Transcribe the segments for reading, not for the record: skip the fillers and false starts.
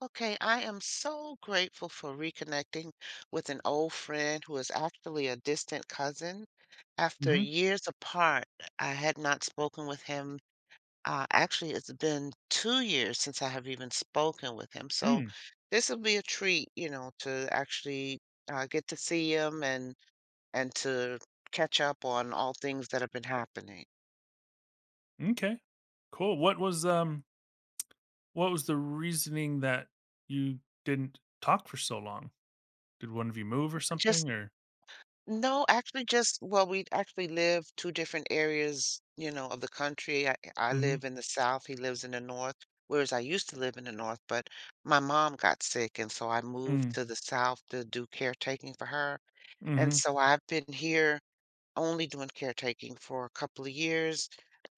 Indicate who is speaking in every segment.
Speaker 1: Okay, I am so grateful for reconnecting with an old friend who is actually a distant cousin. After
Speaker 2: Mhm.
Speaker 1: years apart, I had not spoken with him. Actually, it's been 2 years since I have even spoken with him. So
Speaker 2: Mm,
Speaker 1: this will be a treat, you know, to actually get to see him and to catch up on all things that have been happening.
Speaker 2: m'kay. Cool. What was what was the reasoning that you didn't talk for so long? Did one of you move or something?
Speaker 1: Just
Speaker 2: Or
Speaker 1: No, actually, just well, we actually live 2 different areas, you know, of the country. I
Speaker 2: mhm.
Speaker 1: live in the South, he lives in the North, whereas I used to live in the North, but my mom got sick, and so I moved
Speaker 2: Mm.
Speaker 1: to the South to do caretaking for her, and
Speaker 2: Mhm.
Speaker 1: so I've been here only doing caretaking for a couple of years,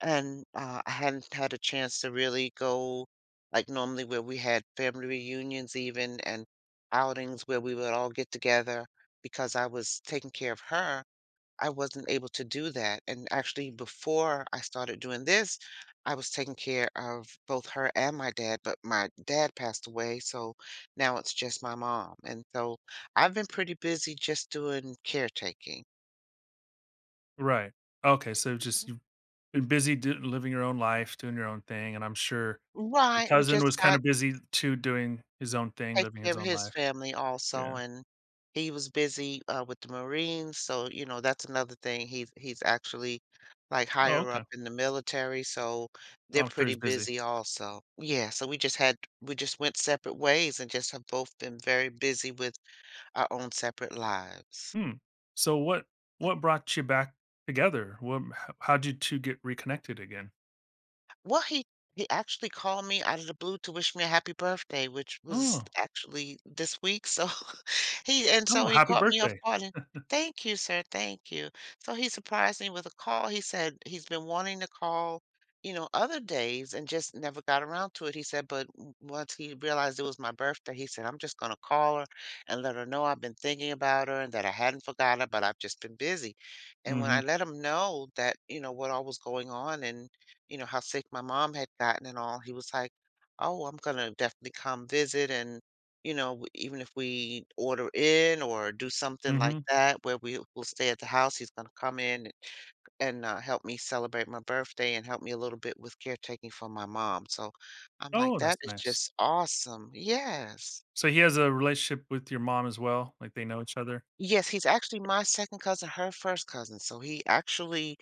Speaker 1: and I hadn't had a chance to really go like normally where we had family reunions even and outings where we would all get together because I was taking care of her. I wasn't able to do that. And actually, before I started doing this, I was taking care of both her and my dad, but my dad passed away. So now it's just my mom. And so I've been pretty busy just doing caretaking.
Speaker 2: Right. Okay, so just you've been busy do living your own life, doing your own thing, and I'm sure your
Speaker 1: Right, we
Speaker 2: cousin
Speaker 1: just
Speaker 2: was
Speaker 1: got
Speaker 2: kinda
Speaker 1: to
Speaker 2: busy too, doing his own thing,
Speaker 1: take
Speaker 2: living
Speaker 1: care
Speaker 2: his
Speaker 1: of
Speaker 2: own
Speaker 1: his
Speaker 2: life.
Speaker 1: family
Speaker 2: Yeah.
Speaker 1: also, and he was busy, with the Marines, so, you know, that's another thing, he's actually, like,
Speaker 2: Oh,
Speaker 1: higher
Speaker 2: okay.
Speaker 1: up in the military, so they're
Speaker 2: I'm sure
Speaker 1: pretty
Speaker 2: he's busy.
Speaker 1: busy also. Yeah, so we just went separate ways and just have both been very busy with our own separate lives.
Speaker 2: Hmm. So what brought you back together? What, how'd you 2 get reconnected again?
Speaker 1: Well, he actually called me out of the blue to wish me a happy birthday, which was
Speaker 2: Oh.
Speaker 1: actually this week. So he and so
Speaker 2: Oh,
Speaker 1: he
Speaker 2: happy
Speaker 1: caught me off
Speaker 2: birthday.
Speaker 1: guard. And, Thank you, sir. Thank you. So he surprised me with a call. He said he's been wanting to call, you know, other days and just never got around to it. He said, but once he realized it was my birthday, he said, I'm just gonna call her and let her know I've been thinking about her and that I hadn't forgot her, but I've just been busy. And when I
Speaker 2: Mhm,
Speaker 1: let him know that, you know, what all was going on and you know, how sick my mom had gotten and all, he was like, "Oh, I'm gonna definitely come visit and, you know, even if we order in or do something
Speaker 2: mhm.
Speaker 1: like that where we will stay at the house, he's gonna come in and help me celebrate my birthday and help me a little bit with caretaking for my mom." So I'm like,
Speaker 2: Oh,
Speaker 1: "That
Speaker 2: that's
Speaker 1: is
Speaker 2: nice.
Speaker 1: just awesome." Yes.
Speaker 2: So he has a relationship with your mom as well? Like, they know each other?
Speaker 1: Yes, he's actually my second cousin, her first cousin. So he actually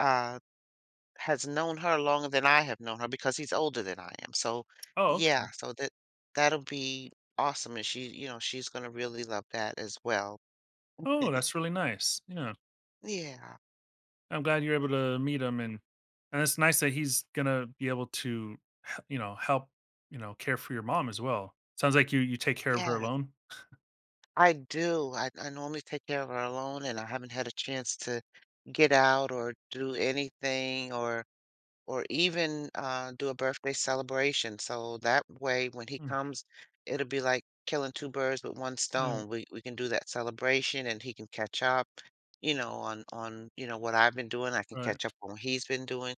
Speaker 1: uh has known her longer than I have known her because he's older than I am, so
Speaker 2: Oh,
Speaker 1: yeah,
Speaker 2: okay.
Speaker 1: so that that'll be awesome, and she you know, she's gonna really love that as well.
Speaker 2: Oh, that's really nice. Yeah.
Speaker 1: Yeah.
Speaker 2: I'm glad you're able to meet him, and it's nice that he's gonna be able to h you know, help, you know, care for your mom as well. Sounds like you take care of her
Speaker 1: Yes,
Speaker 2: alone?
Speaker 1: I do. I normally take care of her alone, and I haven't had a chance to get out or do anything or even do a birthday celebration. So that way, when he
Speaker 2: Mm,
Speaker 1: comes, it'll be like killing two birds with one
Speaker 2: yeah,
Speaker 1: stone. We can do that celebration, and he can catch up, you know, on you know what I've been doing. I can
Speaker 2: right.
Speaker 1: catch up on what he's been doing.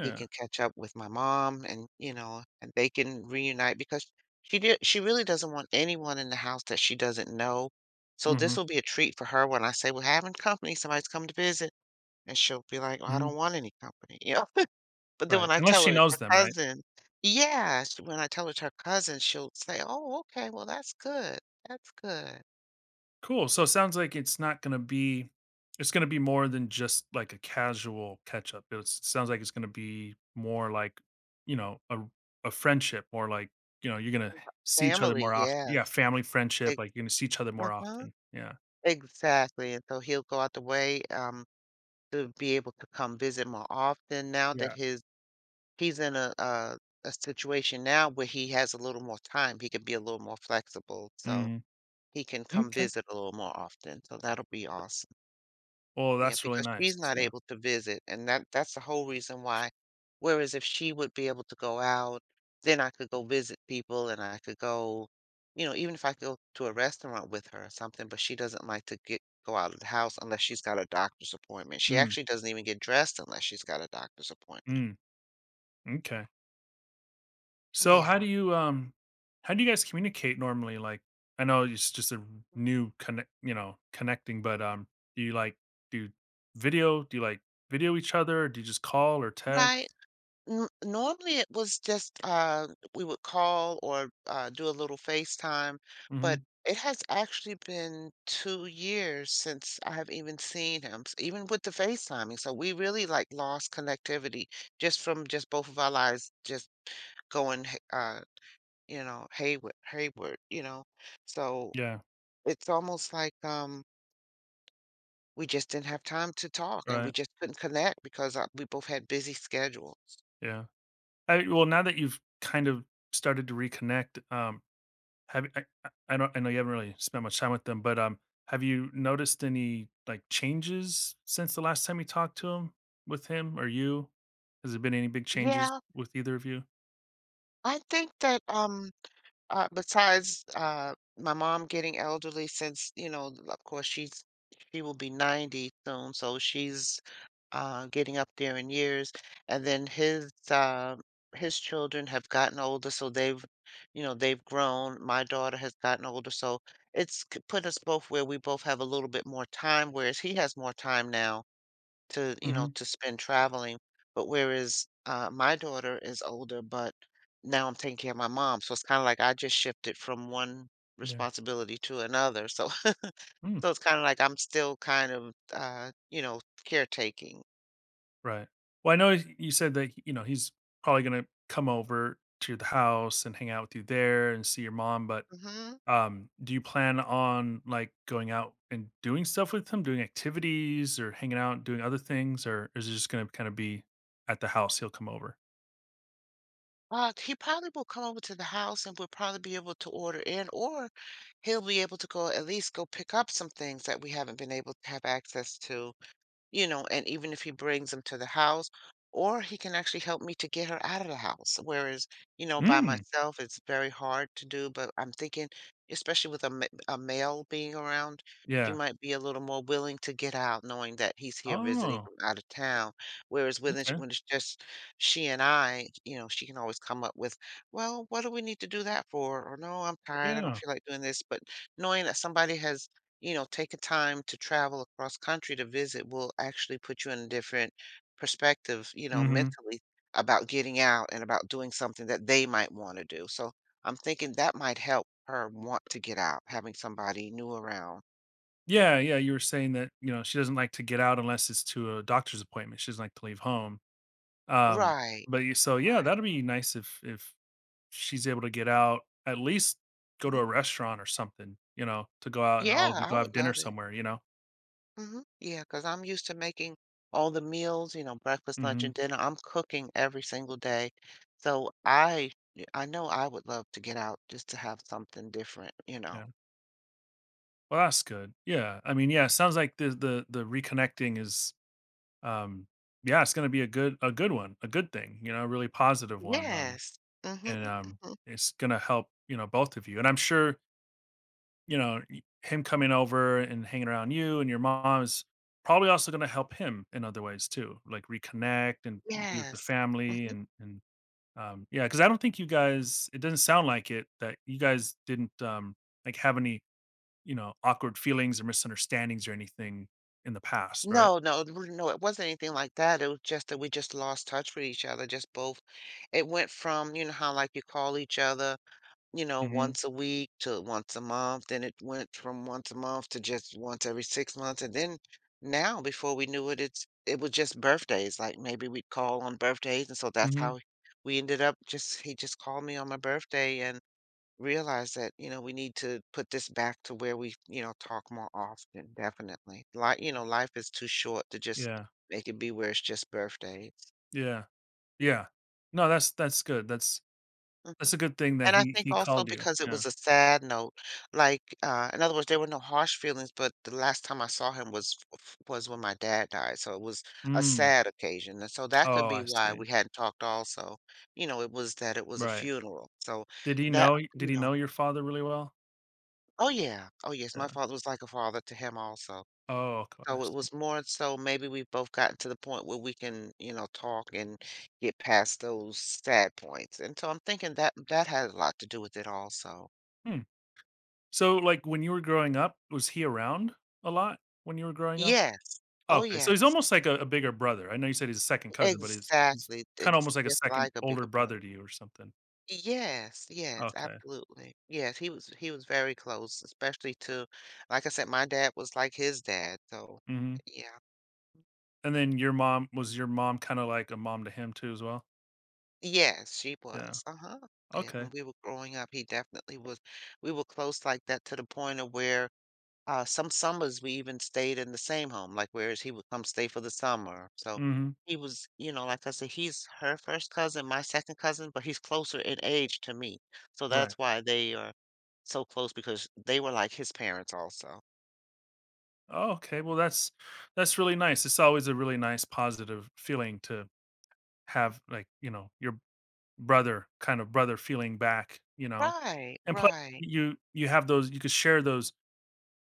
Speaker 1: He can catch up with my mom, and you know, and they can reunite because she did. She really doesn't want anyone in the house that she doesn't know. So
Speaker 2: Mhm,
Speaker 1: this will be a treat for her when I say we're having company. Somebody's come to visit, and she'll be like, "Well, I don't
Speaker 2: mhm,
Speaker 1: want any company," you know. But then
Speaker 2: right.
Speaker 1: when I
Speaker 2: Unless
Speaker 1: tell
Speaker 2: she
Speaker 1: her it's her
Speaker 2: knows them, right?
Speaker 1: cousin, yeah, sh when I tell her it's her cousin, she'll say, "Oh, okay, well, that's good, that's good."
Speaker 2: Cool. So it sounds like it's not gonna be it's gonna be more than just like a casual catch up. It sounds like it's gonna be more like, you know, a friendship, or like, you know, you're gonna
Speaker 1: From her
Speaker 2: see each other
Speaker 1: family,
Speaker 2: more often.
Speaker 1: yes.
Speaker 2: Yeah, family friendship,
Speaker 1: Ex
Speaker 2: like you're gonna see each other more
Speaker 1: Uh-huh.
Speaker 2: often. Yeah.
Speaker 1: Exactly, and so he'll go out the way, to be able to come visit more often now that
Speaker 2: Yeah.
Speaker 1: his he's in a situation now where he has a little more time, he can be a little more flexible, so
Speaker 2: Mhm.
Speaker 1: he can come
Speaker 2: Okay.
Speaker 1: visit a little more often, so that'll be awesome.
Speaker 2: Well,
Speaker 1: Yeah,
Speaker 2: that's really
Speaker 1: because
Speaker 2: nice.
Speaker 1: she's not
Speaker 2: Yeah.
Speaker 1: able to visit, and that's the whole reason why. Whereas if she would be able to go out, then I could go visit people and I could go, you know, even if I go to a restaurant with her or something, but she doesn't like to get go out of the house unless she's got a doctor's appointment. She
Speaker 2: Mm.
Speaker 1: actually doesn't even get dressed unless she's got a doctor's appointment.
Speaker 2: Mm. Okay. So
Speaker 1: Yeah.
Speaker 2: how do you guys communicate normally? Like, I know it's just a new connect you know, connecting, but do you do video? Do you video each other? Or do you just call or
Speaker 1: Right.
Speaker 2: text?
Speaker 1: N Normally, it was just, we would call or, do a little FaceTime, but
Speaker 2: Hmm.
Speaker 1: it has actually been 2 years since I have even seen him, s even with the FaceTiming, so we really, like, lost connectivity just from just both of our lives just going ha you know, Hayward, hayward, you know? So,
Speaker 2: Yeah.
Speaker 1: it's almost like, we just didn't have time to talk, and
Speaker 2: Right.
Speaker 1: we just couldn't connect because, we both had busy schedules.
Speaker 2: Yeah. Well now that you've kind of started to reconnect, have I don't I know you haven't really spent much time with them, but have you noticed any like changes since the last time you talked to him or you? Has there been any big changes
Speaker 1: Yeah,
Speaker 2: with either of you?
Speaker 1: I think that, besides, my mom getting elderly since, you know, of course she will be 90 soon, so she's getting up there in years. And then his children have gotten older, so they've, you know, they've grown. My daughter has gotten older, so put us both where we both have a little bit more time, whereas he has more time now to, you
Speaker 2: Mm-hmm.
Speaker 1: know, to spend traveling. But whereas my daughter is older, but now I'm taking care of my mom. So it's kind of like I just shifted from one
Speaker 2: Yeah.
Speaker 1: responsibility to another. So so
Speaker 2: Mm,
Speaker 1: it's kind of like I'm still kind of you know, caretaking.
Speaker 2: right. Well, I know you said that you know he's probably going to come over to the house and hang out with you there and see your mom. But
Speaker 1: hmm
Speaker 2: do you plan on like going out and doing stuff with him, doing activities or hanging out, doing other things, or is it just going to kind of be at the house? He'll come over.
Speaker 1: He probably will come over to the house and we'll probably be able to order in, or he'll be able to go at least go pick up some things that we haven't been able to have access to, you know, and even if he brings them to the house, or he can actually help me to get her out of the house. Whereas, you know, by
Speaker 2: Mm,
Speaker 1: myself, it's very hard to do. But I'm thinking, especially with a male being around, she
Speaker 2: yeah.
Speaker 1: might be a little more willing to get out, knowing that he's here visiting
Speaker 2: Oh.
Speaker 1: from out of town. Whereas
Speaker 2: Okay.
Speaker 1: when it's just she and I, you know, she can always come up with, well, what do we need to do that for? Or no, I'm tired. I don't
Speaker 2: Yeah.
Speaker 1: feel like doing this. But knowing that somebody has, you know, taking time to travel across country to visit will actually put you in a different perspective, you know,
Speaker 2: Hmm.
Speaker 1: mentally about getting out and about doing something that they might want to do. So I'm thinking that might help her want to get out, having somebody new around.
Speaker 2: Yeah. Yeah. You were saying that you know she doesn't like to get out unless it's to a doctor's appointment. She doesn't like to leave home. Um,
Speaker 1: Right,
Speaker 2: but you so yeah,
Speaker 1: right.
Speaker 2: that'd be nice if she's able to get out, at least go to
Speaker 1: Hmm.
Speaker 2: a restaurant or something, you know, to go out and
Speaker 1: Yeah,
Speaker 2: all of you
Speaker 1: I
Speaker 2: go have
Speaker 1: would
Speaker 2: dinner
Speaker 1: love it.
Speaker 2: somewhere, you know?
Speaker 1: Hmm. Yeah, because I'm used to making all the meals, you know, breakfast, lunch,
Speaker 2: Mhm,
Speaker 1: and dinner. I'm cooking every single day. So I know I would love to get out just to have something different, you know.
Speaker 2: yeah. Well, that's good. Yeah, I mean, yeah, it sounds like the reconnecting is, um yeah, it's gonna be a good one, a good thing, you know, a really positive one,
Speaker 1: Yes.
Speaker 2: and,
Speaker 1: Mhm, mhm.
Speaker 2: it's gonna help, you know, both of you, and I'm sure you know, him coming over and hanging around you and your mom is probably also going to help him in other ways too, like reconnect and be with the
Speaker 1: Yes.
Speaker 2: family
Speaker 1: Mhm.
Speaker 2: and yeah, because I don't think you guys. It doesn't sound like it that you guys didn't like have any you know awkward feelings or misunderstandings or anything in the past, right?
Speaker 1: No, no, r no, it wasn't anything like that, it was just that we just lost touch with each other, just both it went from, you know, how, like, you call each other, you know,
Speaker 2: Hmm.
Speaker 1: once a week to once a month, then it went from once a month to just once every 6 months, and then now, before we knew it, it was just birthdays, like, maybe we'd call on birthdays, and so that's
Speaker 2: Hmm.
Speaker 1: how we ended up just he just called me on my birthday, and realize that, you know, we need to put this back to where we, you know, talk more often, definitely. Like, you know, life is too short to just
Speaker 2: Yeah.
Speaker 1: make it be where it's just birthdays.
Speaker 2: Yeah. Yeah. No, that's good. That's
Speaker 1: Mhm.
Speaker 2: a good thing that
Speaker 1: And I
Speaker 2: he
Speaker 1: think
Speaker 2: he
Speaker 1: also
Speaker 2: called you.
Speaker 1: because it
Speaker 2: Yeah.
Speaker 1: was a sad note, like, in other words, there were no harsh feelings, but the last time I saw him was when my dad died, so it was a
Speaker 2: Mm.
Speaker 1: sad occasion, and so that could
Speaker 2: Oh,
Speaker 1: be
Speaker 2: I
Speaker 1: why
Speaker 2: see.
Speaker 1: we hadn't talked. Also, you know, it was that it was a
Speaker 2: Right.
Speaker 1: funeral, so
Speaker 2: Did
Speaker 1: that you
Speaker 2: he
Speaker 1: know,
Speaker 2: know your father really well?
Speaker 1: oh yeah, oh yes, my
Speaker 2: Yeah.
Speaker 1: father was like a father to him also.
Speaker 2: Oh, okay, I
Speaker 1: So it
Speaker 2: see.
Speaker 1: was more so maybe we've both gotten to the point where we can, you know, talk and get past those sad points. And so I'm thinking that that had a lot to do with it also.
Speaker 2: Hmm. So, like, when you were growing up, was he around a lot when you were growing up?
Speaker 1: Yes. Oh,
Speaker 2: Okay, so he's
Speaker 1: yes.
Speaker 2: almost like a bigger brother. I know you said he's a second cousin, but he's
Speaker 1: Exactly.
Speaker 2: kinda
Speaker 1: It's
Speaker 2: almost like a
Speaker 1: just
Speaker 2: second
Speaker 1: like a
Speaker 2: older
Speaker 1: bigger brother.
Speaker 2: brother to you or something.
Speaker 1: Yes, yes,
Speaker 2: Okay.
Speaker 1: absolutely. Yes, he was very close, especially to, like I said, my dad was like his dad. So,
Speaker 2: Mhm.
Speaker 1: yeah.
Speaker 2: And then your mom was your mom kinda like a mom to him too as well?
Speaker 1: Yes, she
Speaker 2: Yeah.
Speaker 1: was. Uh-huh. Yeah,
Speaker 2: Okay.
Speaker 1: when we were growing up, he definitely was. We were close like that to the point of where some summers we even stayed in the same home, like, whereas he would come stay for the summer. So
Speaker 2: Mhm.
Speaker 1: he was, you know, like I said, he's her first cousin, my second cousin, but he's closer in age to me. So
Speaker 2: Right.
Speaker 1: that's why they are so close because they were like his parents also.
Speaker 2: Oh, okay, well, that's really nice. It's always a really nice positive feeling to have, like, you know, your brother, kind of brother feeling back, you know?
Speaker 1: Right,
Speaker 2: And plus,
Speaker 1: right.
Speaker 2: you have those you could share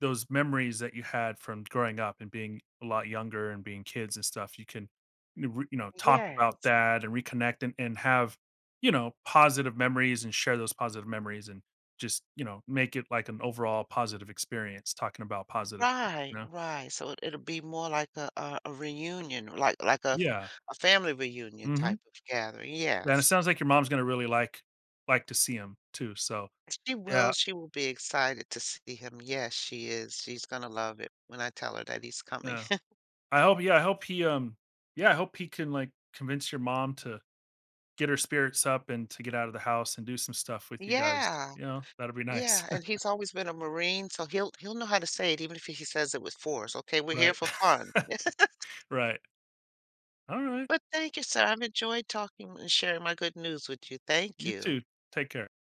Speaker 2: those memories that you had from growing up and being a lot younger and being kids and stuff. You can, you know, talk about
Speaker 1: Yes.
Speaker 2: that and reconnect and have, you know, positive memories, and share those positive memories and just, you know, make it like an overall positive experience, talking about positive things, you
Speaker 1: Right,
Speaker 2: know?
Speaker 1: right. So it'll be more like a reunion, like like
Speaker 2: Yeah.
Speaker 1: a family reunion
Speaker 2: Mhm.
Speaker 1: type of gathering.
Speaker 2: Yeah, and it
Speaker 1: Yes.
Speaker 2: sounds like your mom's gonna really like to see him too, so yeah,
Speaker 1: She will be excited to see him. Yes, she is. She's gonna love it when I tell her that he's coming.
Speaker 2: yeah. I hope I hope he, yeah, I hope he can, like, convince your mom to get her spirits up and to get out of the house and do some stuff with you guys,
Speaker 1: Yeah,
Speaker 2: you know? That will be nice.
Speaker 1: yeah, and he's always been a Marine, so he'll know how to say it even if he says it with force. Okay, we're here
Speaker 2: Right.
Speaker 1: for fun.
Speaker 2: Right. Alright.
Speaker 1: But thank you, sir. I've enjoyed talking and sharing my good news with you. Thank
Speaker 2: You
Speaker 1: you.
Speaker 2: too. Take care.